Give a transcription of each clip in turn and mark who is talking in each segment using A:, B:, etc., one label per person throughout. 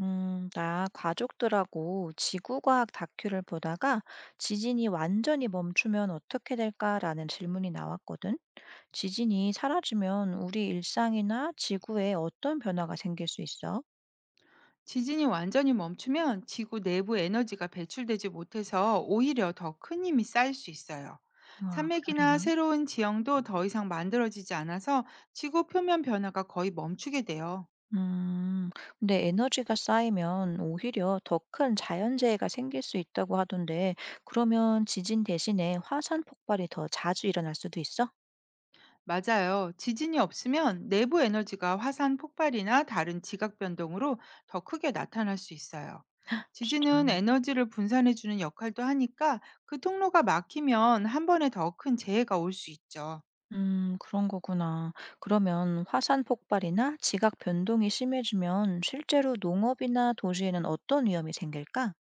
A: 나 가족들하고 지구과학 다큐를 보다가 지진이 완전히 멈추면 어떻게 될까라는 질문이 나왔거든. 지진이 사라지면 우리 일상이나 지구에 어떤 변화가 생길 수 있어?
B: 지진이 완전히 멈추면 지구 내부 에너지가 배출되지 못해서 오히려 더 큰 힘이 쌓일 수 있어요.
A: 아,
B: 산맥이나
A: 그러려나?
B: 새로운 지형도 더 이상 만들어지지 않아서 지구 표면 변화가 거의 멈추게 돼요.
A: 음, 근데 에너지가 쌓이면 오히려 더 큰 자연재해가 생길 수 있다고 하던데, 그러면 지진 대신에 화산 폭발이 더 자주 일어날 수도 있어?
B: 맞아요. 지진이 없으면 내부 에너지가 화산 폭발이나 다른 지각 변동으로 더 크게 나타날 수 있어요. 지진은
A: 진짜?
B: 에너지를 분산해주는 역할도 하니까 그 통로가 막히면 한 번에 더 큰 재해가 올 수 있죠.
A: 그런 거구나. 그러면 화산 폭발이나 지각 변동이 심해지면 실제로 농업이나 도시에는 어떤 위험이 생길까?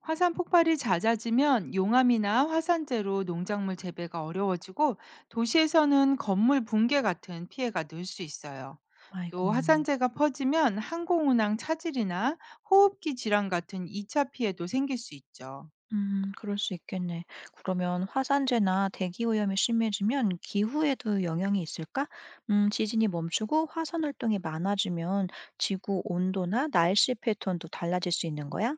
B: 화산 폭발이 잦아지면 용암이나 화산재로 농작물 재배가 어려워지고 도시에서는 건물 붕괴 같은 피해가 늘 수 있어요.
A: 아이고,
B: 또 화산재가 퍼지면 항공운항 차질이나 호흡기 질환 같은 2차 피해도 생길 수 있죠.
A: 그럴 수 있겠네. 그러면 화산재나 대기 오염이 심해지면 기후에도 영향이 있을까? 지진이 멈추고 화산 활동이 많아지면 지구 온도나 날씨 패턴도 달라질 수 있는 거야?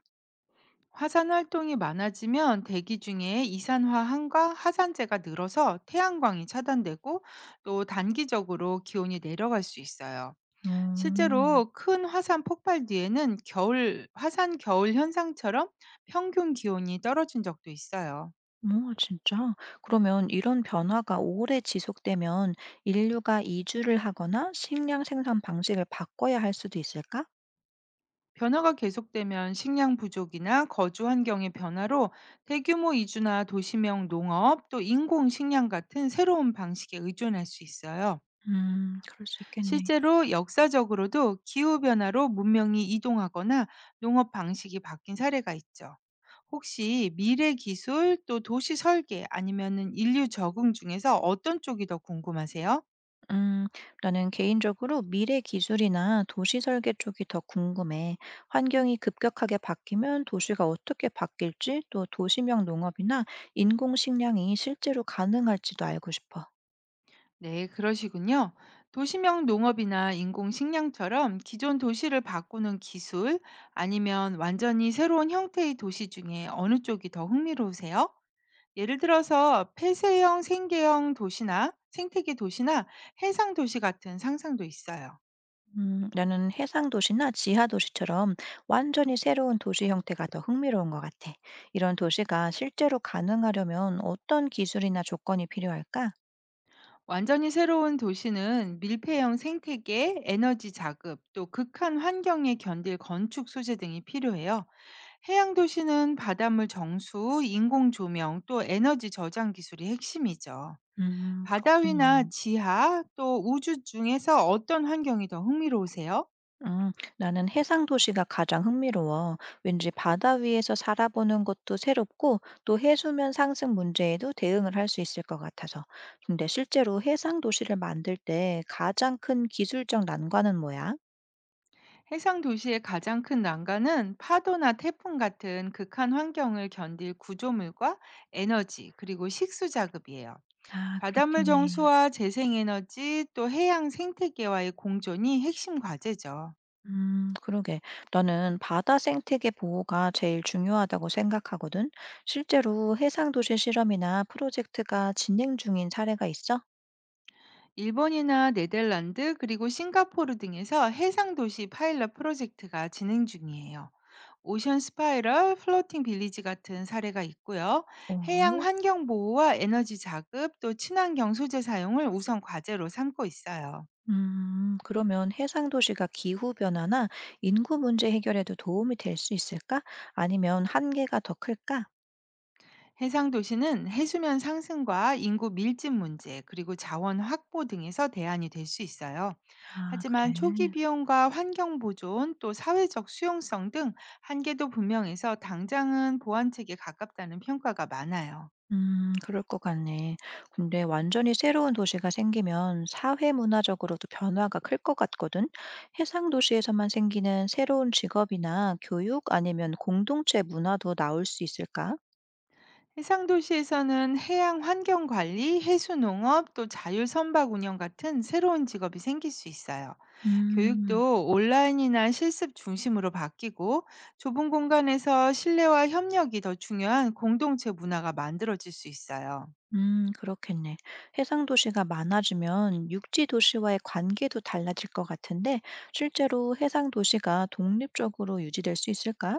B: 화산 활동이 많아지면 대기 중에 이산화황과 화산재가 늘어서 태양광이 차단되고 또 단기적으로 기온이 내려갈 수 있어요.
A: 음.
B: 실제로 큰 화산 폭발 뒤에는 겨울, 화산 겨울 현상처럼 평균 기온이 떨어진 적도 있어요.
A: 어 진짜? 그러면 이런 변화가 오래 지속되면 인류가 이주를 하거나 식량 생산 방식을 바꿔야 할 수도 있을까?
B: 변화가 계속되면 식량 부족이나 거주 환경의 변화로 대규모 이주나 도시명 농업 또 인공 식량 같은 새로운 방식에 의존할 수 있어요.
A: 그럴 수 있겠네.
B: 실제로 역사적으로도 기후 변화로 문명이 이동하거나 농업 방식이 바뀐 사례가 있죠. 혹시 미래 기술 또 도시 설계 아니면은 인류 적응 중에서 어떤 쪽이 더 궁금하세요?
A: 음, 나는 개인적으로 미래 기술이나 도시 설계 쪽이 더 궁금해. 환경이 급격하게 바뀌면 도시가 어떻게 바뀔지, 또 도시명 농업이나 인공 식량이 실제로 가능할지도 알고 싶어.
B: 네, 그러시군요. 도시명 농업이나 인공식량처럼 기존 도시를 바꾸는 기술 아니면 완전히 새로운 형태의 도시 중에 어느 쪽이 더 흥미로우세요? 예를 들어서 폐쇄형 생계형 도시나 생태계 도시나 해상 도시 같은 상상도 있어요.
A: 나는 해상 도시나 지하 도시처럼 완전히 새로운 도시 형태가 더 흥미로운 것 같아. 이런 도시가 실제로 가능하려면 어떤 기술이나 조건이 필요할까?
B: 완전히 새로운 도시는 밀폐형 생태계, 에너지 자급, 또 극한 환경에 견딜 건축 소재 등이 필요해요. 해양 도시는 바닷물 정수, 인공 조명, 또 에너지 저장 기술이 핵심이죠. 바다
A: 그렇구나.
B: 위나 지하, 또 우주 중에서 어떤 환경이 더 흥미로우세요?
A: 음, 나는 해상 도시가 가장 흥미로워. 왠지 바다 위에서 살아보는 것도 새롭고 또 해수면 상승 문제에도 대응을 할 수 있을 것 같아서. 근데 실제로 해상 도시를 만들 때 가장 큰 기술적 난관은 뭐야?
B: 해상 도시의 가장 큰 난관은 파도나 태풍 같은 극한 환경을 견딜 구조물과 에너지, 그리고 식수 자급이에요.
A: 아,
B: 바닷물
A: 그렇겠네.
B: 정수와 재생에너지 또 해양 생태계와의 공존이 핵심 과제죠.
A: 그러게. 나는 바다 생태계 보호가 제일 중요하다고 생각하거든. 실제로 해상 도시 실험이나 프로젝트가 진행 중인 사례가 있어?
B: 일본이나 네덜란드 그리고 싱가포르 등에서 해상 도시 파일럿 프로젝트가 진행 중이에요. 오션 스파이럴, 플로팅 빌리지 같은 사례가 있고요. 해양
A: 오.
B: 환경 보호와 에너지 자급 또 친환경 소재 사용을 우선 과제로 삼고 있어요.
A: 그러면 해상 도시가 기후 변화나 인구 문제 해결에도 도움이 될 수 있을까? 아니면 한계가 더 클까?
B: 해상 도시는 해수면 상승과 인구 밀집 문제, 그리고 자원 확보 등에서 대안이 될 수 있어요.
A: 아, 그래.
B: 하지만 초기 비용과 환경 보존, 또 사회적 수용성 등 한계도 분명해서 당장은 보완책에 가깝다는 평가가 많아요.
A: 그럴 것 같네. 근데 완전히 새로운 도시가 생기면 사회 문화적으로도 변화가 클 것 같거든. 해상 도시에서만 생기는 새로운 직업이나 교육 아니면 공동체 문화도 나올 수 있을까?
B: 해상 도시에서는 해양 환경 관리, 해수 농업, 또 자율 선박 운영 같은 새로운 직업이 생길 수 있어요.
A: 음,
B: 교육도 온라인이나 실습 중심으로 바뀌고 좁은 공간에서 신뢰와 협력이 더 중요한 공동체 문화가 만들어질 수 있어요.
A: 그렇겠네. 해상 도시가 많아지면 육지 도시와의 관계도 달라질 것 같은데, 실제로 해상 도시가 독립적으로 유지될 수 있을까?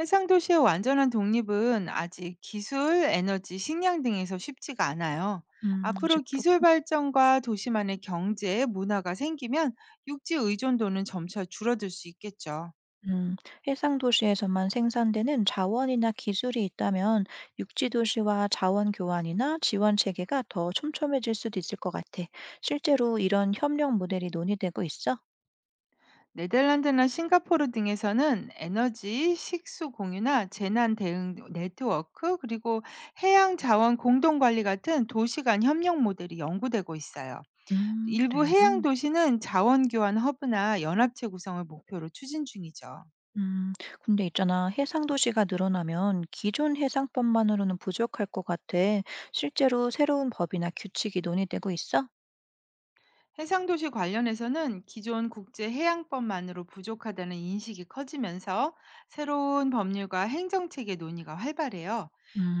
B: 해상 도시의 완전한 독립은 아직 기술, 에너지, 식량 등에서 쉽지가 않아요.
A: 아직
B: 앞으로
A: 그렇
B: 기술 발전과 도시만의 경제, 문화가 생기면 육지 의존도는 점차 줄어들 수 있겠죠.
A: 음, 해상 도시에서만 생산되는 자원이나 기술이 있다면 육지 도시와 자원 교환이나 지원 체계가 더 촘촘해질 수도 있을 것 같아. 실제로 이런 협력 모델이 논의되고 있어?
B: 네덜란드나 싱가포르 등에서는 에너지, 식수 공유나 재난 대응 네트워크, 그리고 해양 자원 공동 관리 같은 도시 간 협력 모델이 연구되고 있어요. 일부
A: 그래.
B: 해양 도시는 자원 교환 허브나 연합체 구성을 목표로 추진 중이죠.
A: 음, 근데 있잖아. 해상 도시가 늘어나면 기존 해상법만으로는 부족할 것 같아. 실제로 새로운 법이나 규칙이 논의되고 있어?
B: 해상도시 관련해서는 기존 국제해양법만으로 부족하다는 인식이 커지면서 새로운 법률과 행정체계 논의가 활발해요.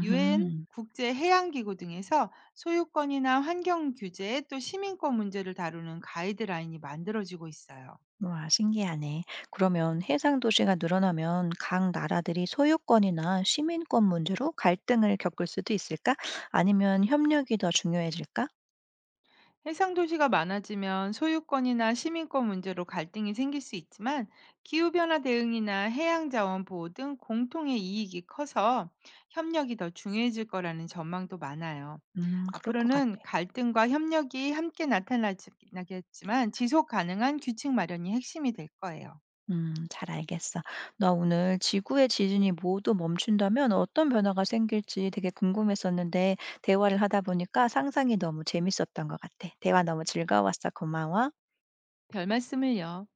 B: 유엔 국제해양기구 등에서 소유권이나 환경 규제 또 시민권 문제를 다루는 가이드라인이 만들어지고 있어요.
A: 와, 신기하네. 그러면 해상 도시가 늘어나면 각 나라들이 소유권이나 시민권 문제로 갈등을 겪을 수도 있을까? 아니면 협력이 더 중요해질까?
B: 해상 도시가 많아지면 소유권이나 시민권 문제로 갈등이 생길 수 있지만 기후변화 대응이나 해양자원 보호 등 공통의 이익이 커서 협력이 더 중요해질 거라는 전망도 많아요.
A: 그럴 것 같아.
B: 앞으로는 갈등과 협력이 함께 나타나겠지만 지속 가능한 규칙 마련이 핵심이 될 거예요.
A: 잘 알겠어. 나 오늘 지구의 지진이 모두 멈춘다면 어떤 변화가 생길지 되게 궁금했었는데, 대화를 하다 보니까 상상이 너무 재밌었던 것 같아. 대화 너무 즐거웠어. 고마워.
B: 별 말씀을요.